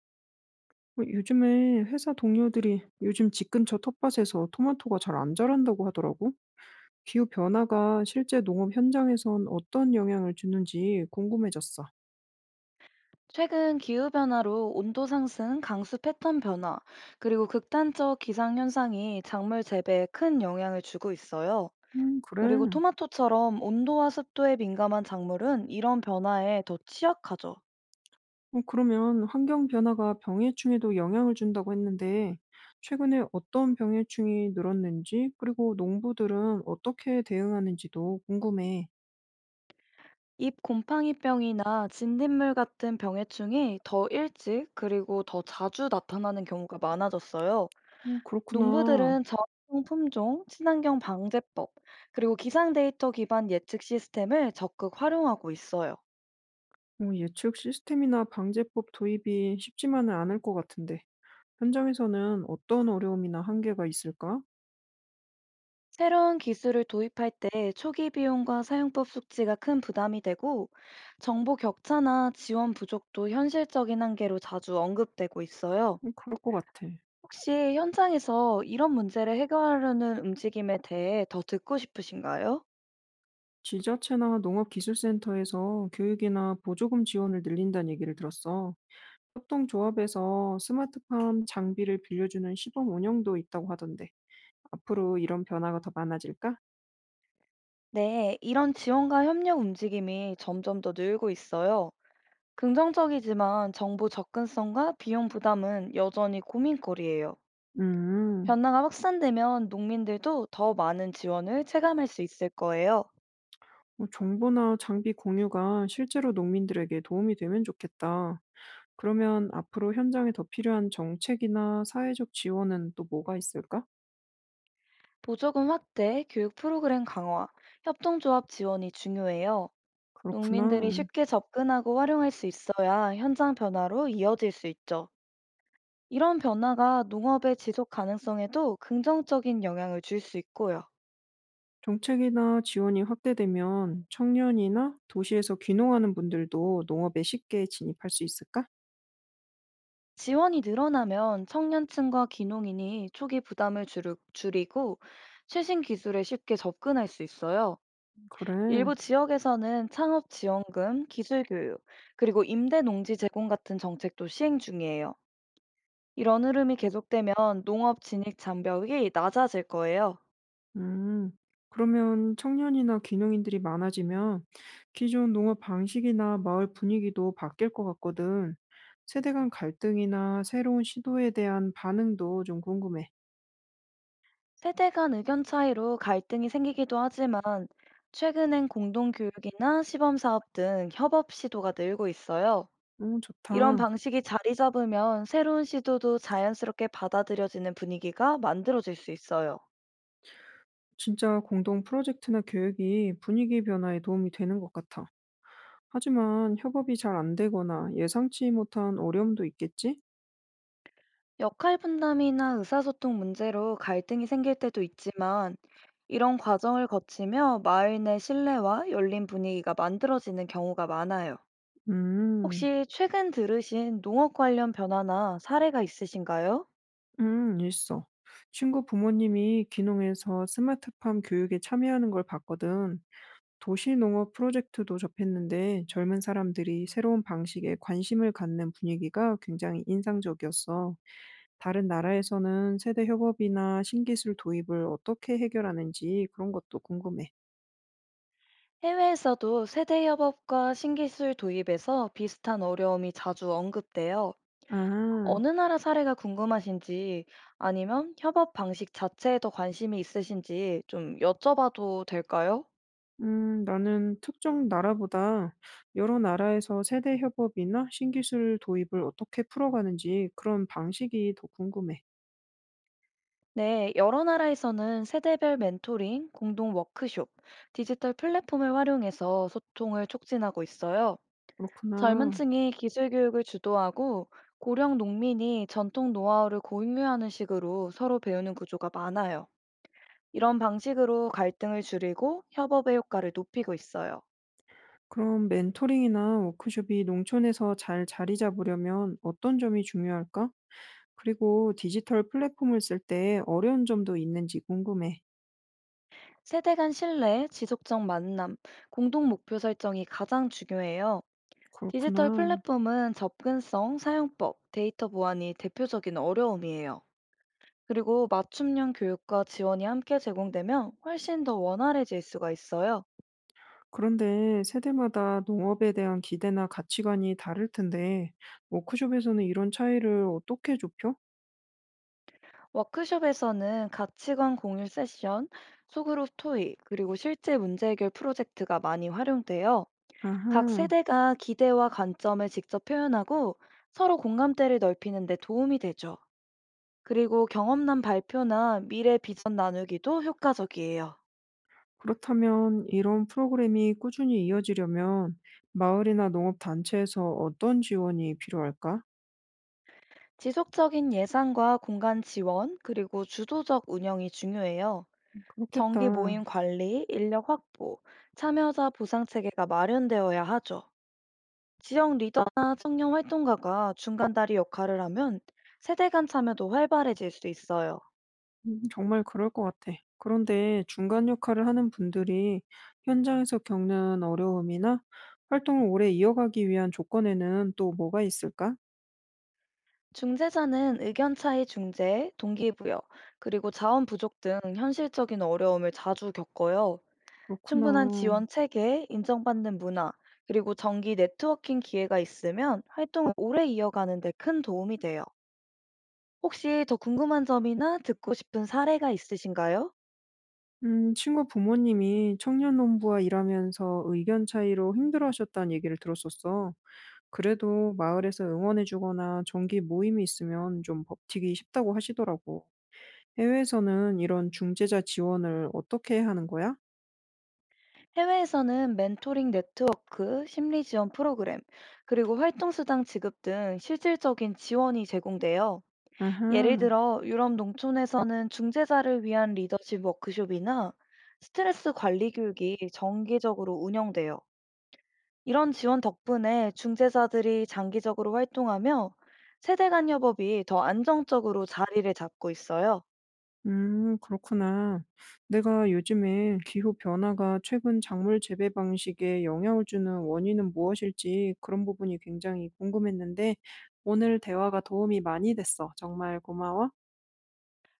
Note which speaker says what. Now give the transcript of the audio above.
Speaker 1: 요즘에 회사 동료들이 요즘 집 근처 텃밭에서 토마토가 잘 안 자란다고 하더라고. 기후 변화가 실제 농업 현장에선 어떤 영향을 주는지 궁금해졌어.
Speaker 2: 최근 기후변화로 온도 상승, 강수 패턴 변화, 그리고 극단적 기상현상이 작물 재배에 큰 영향을 주고 있어요.
Speaker 1: 그래.
Speaker 2: 그리고 토마토처럼 온도와 습도에 민감한 작물은 이런 변화에 더 취약하죠.
Speaker 1: 그러면 환경 변화가 병해충에도 영향을 준다고 했는데, 최근에 어떤 병해충이 늘었는지, 그리고 농부들은 어떻게 대응하는지도 궁금해.
Speaker 2: 잎 곰팡이병이나 진딧물 같은 병해충이 더 일찍 그리고 더 자주 나타나는 경우가 많아졌어요.
Speaker 1: 그렇구나.
Speaker 2: 농부들은 저항성 품종, 친환경 방제법, 그리고 기상 데이터 기반 예측 시스템을 적극 활용하고 있어요.
Speaker 1: 예측 시스템이나 방제법 도입이 쉽지만은 않을 것 같은데. 현장에서는 어떤 어려움이나 한계가 있을까?
Speaker 2: 새로운 기술을 도입할 때 초기 비용과 사용법 숙지가 큰 부담이 되고, 정보 격차나 지원 부족도 현실적인 한계로 자주 언급되고 있어요.
Speaker 1: 그럴 것 같아.
Speaker 2: 혹시 현장에서 이런 문제를 해결하려는 움직임에 대해 더 듣고 싶으신가요?
Speaker 1: 지자체나 농업기술센터에서 교육이나 보조금 지원을 늘린다는 얘기를 들었어. 협동조합에서 스마트팜 장비를 빌려주는 시범 운영도 있다고 하던데, 앞으로 이런 변화가 더 많아질까?
Speaker 2: 네, 이런 지원과 협력 움직임이 점점 더 늘고 있어요. 긍정적이지만 정보 접근성과 비용 부담은 여전히 고민거리예요.
Speaker 1: 음,
Speaker 2: 변화가 확산되면 농민들도 더 많은 지원을 체감할 수 있을 거예요.
Speaker 1: 뭐 정보나 장비 공유가 실제로 농민들에게 도움이 되면 좋겠다. 그러면 앞으로 현장에 더 필요한 정책이나 사회적 지원은 또 뭐가 있을까?
Speaker 2: 보조금 확대, 교육 프로그램 강화, 협동조합 지원이 중요해요. 농민들이
Speaker 1: 그렇구나.
Speaker 2: 쉽게 접근하고 활용할 수 있어야 현장 변화로 이어질 수 있죠. 이런 변화가 농업의 지속 가능성에도 긍정적인 영향을 줄 수 있고요.
Speaker 1: 정책이나 지원이 확대되면 청년이나 도시에서 귀농하는 분들도 농업에 쉽게 진입할 수 있을까?
Speaker 2: 지원이 늘어나면 청년층과 귀농인이 초기 부담을 줄이고 최신 기술에 쉽게 접근할 수 있어요. 일부
Speaker 1: 그래.
Speaker 2: 지역에서는 창업 지원금, 기술 교육, 그리고 임대 농지 제공 같은 정책도 시행 중이에요. 이런 흐름이 계속되면 농업 진입 장벽이 낮아질 거예요.
Speaker 1: 음. 그러면 청년이나 귀농인들이 많아지면 기존 농업 방식이나 마을 분위기도 바뀔 것 같거든. 세대 간 갈등이나 새로운 시도에 대한 반응도 좀 궁금해.
Speaker 2: 세대 간 의견 차이로 갈등이 생기기도 하지만, 최근엔 공동교육이나 시범사업 등 협업 시도가 늘고 있어요. 이런
Speaker 1: 좋다.
Speaker 2: 방식이 자리 잡으면 새로운 시도도 자연스럽게 받아들여지는 분위기가 만들어질 수 있어요.
Speaker 1: 진짜 공동 프로젝트나 교육이 분위기 변화에 도움이 되는 것 같아. 하지만 협업이 잘 안 되거나 예상치 못한 어려움도 있겠지?
Speaker 2: 역할 분담이나 의사소통 문제로 갈등이 생길 때도 있지만, 이런 과정을 거치며 마을 내 신뢰와 열린 분위기가 만들어지는 경우가 많아요.
Speaker 1: 음,
Speaker 2: 혹시 최근 들으신 농업 관련 변화나 사례가 있으신가요?
Speaker 1: 음, 있어. 친구 부모님이 귀농해서 스마트팜 교육에 참여하는 걸 봤거든. 도시농업 프로젝트도 접했는데 젊은 사람들이 새로운 방식에 관심을 갖는 분위기가 굉장히 인상적이었어. 다른 나라에서는 세대 협업이나 신기술 도입을 어떻게 해결하는지 그런 것도 궁금해.
Speaker 2: 해외에서도 세대 협업과 신기술 도입에서 비슷한 어려움이 자주 언급돼요.
Speaker 1: 아.
Speaker 2: 어느 나라 사례가 궁금하신지, 아니면 협업 방식 자체에 더 관심이 있으신지 좀 여쭤봐도 될까요?
Speaker 1: 나는 특정 나라보다 여러 나라에서 세대 협업이나 신기술 도입을 어떻게 풀어가는지 그런 방식이 더 궁금해.
Speaker 2: 네, 여러 나라에서는 세대별 멘토링, 공동 워크숍, 디지털 플랫폼을 활용해서 소통을 촉진하고 있어요. 젊은
Speaker 1: 그렇구나.
Speaker 2: 층이 기술 교육을 주도하고 고령 농민이 전통 노하우를 공유하는 식으로 서로 배우는 구조가 많아요. 이런 방식으로 갈등을 줄이고 협업의 효과를 높이고 있어요.
Speaker 1: 그럼 멘토링이나 워크숍이 농촌에서 잘 자리 잡으려면 어떤 점이 중요할까? 그리고 디지털 플랫폼을 쓸 때 어려운 점도 있는지 궁금해.
Speaker 2: 세대 간 신뢰, 지속적 만남, 공동 목표 설정이 가장 중요해요. 디지털
Speaker 1: 그렇구나.
Speaker 2: 플랫폼은 접근성, 사용법, 데이터 보안이 대표적인 어려움이에요. 그리고 맞춤형 교육과 지원이 함께 제공되면 훨씬 더 원활해질 수가 있어요.
Speaker 1: 그런데 세대마다 농업에 대한 기대나 가치관이 다를 텐데, 워크숍에서는 이런 차이를 어떻게 좁혀?
Speaker 2: 워크숍에서는 가치관 공유 세션, 소그룹 토익, 그리고 실제 문제 해결 프로젝트가 많이 활용돼요. 각
Speaker 1: 아하.
Speaker 2: 세대가 기대와 관점을 직접 표현하고 서로 공감대를 넓히는 데 도움이 되죠. 그리고 경험담 발표나 미래 비전 나누기도 효과적이에요.
Speaker 1: 그렇다면 이런 프로그램이 꾸준히 이어지려면 마을이나 농업 단체에서 어떤 지원이 필요할까?
Speaker 2: 지속적인 예산과 공간 지원, 그리고 주도적 운영이 중요해요. 정기 모임
Speaker 1: 그렇겠다.
Speaker 2: 관리, 인력 확보, 참여자 보상 체계가 마련되어야 하죠. 지역 리더나 청년 활동가가 중간다리 역할을 하면 세대 간 참여도 활발해질 수 있어요.
Speaker 1: 정말 그럴 것 같아. 그런데 중간 역할을 하는 분들이 현장에서 겪는 어려움이나 활동을 오래 이어가기 위한 조건에는 또 뭐가 있을까?
Speaker 2: 중재자는 의견 차이 중재, 동기부여, 그리고 자원 부족 등 현실적인 어려움을 자주 겪어요. 충분한
Speaker 1: 그렇구나.
Speaker 2: 지원 체계, 인정받는 문화, 그리고 정기 네트워킹 기회가 있으면 활동을 오래 이어가는 데 큰 도움이 돼요. 혹시 더 궁금한 점이나 듣고 싶은 사례가 있으신가요?
Speaker 1: 친구 부모님이 청년 농부와 일하면서 의견 차이로 힘들어하셨다는 얘기를 들었었어. 그래도 마을에서 응원해 주거나 정기 모임이 있으면 좀 버티기 쉽다고 하시더라고. 해외에서는 이런 중재자 지원을 어떻게 하는 거야?
Speaker 2: 해외에서는 멘토링 네트워크, 심리 지원 프로그램, 그리고 활동수당 지급 등 실질적인 지원이 제공돼요. 예를
Speaker 1: 아하,
Speaker 2: 들어 유럽 농촌에서는 중재자를 위한 리더십 워크숍이나 스트레스 관리 교육이 정기적으로 운영돼요. 이런 지원 덕분에 중재사들이 장기적으로 활동하며 세대 간 협업이 더 안정적으로 자리를 잡고 있어요.
Speaker 1: 그렇구나. 내가 요즘에 기후 변화가 최근 작물 재배 방식에 영향을 주는 원인은 무엇일지 그런 부분이 굉장히 궁금했는데 오늘 대화가 도움이 많이 됐어. 정말 고마워.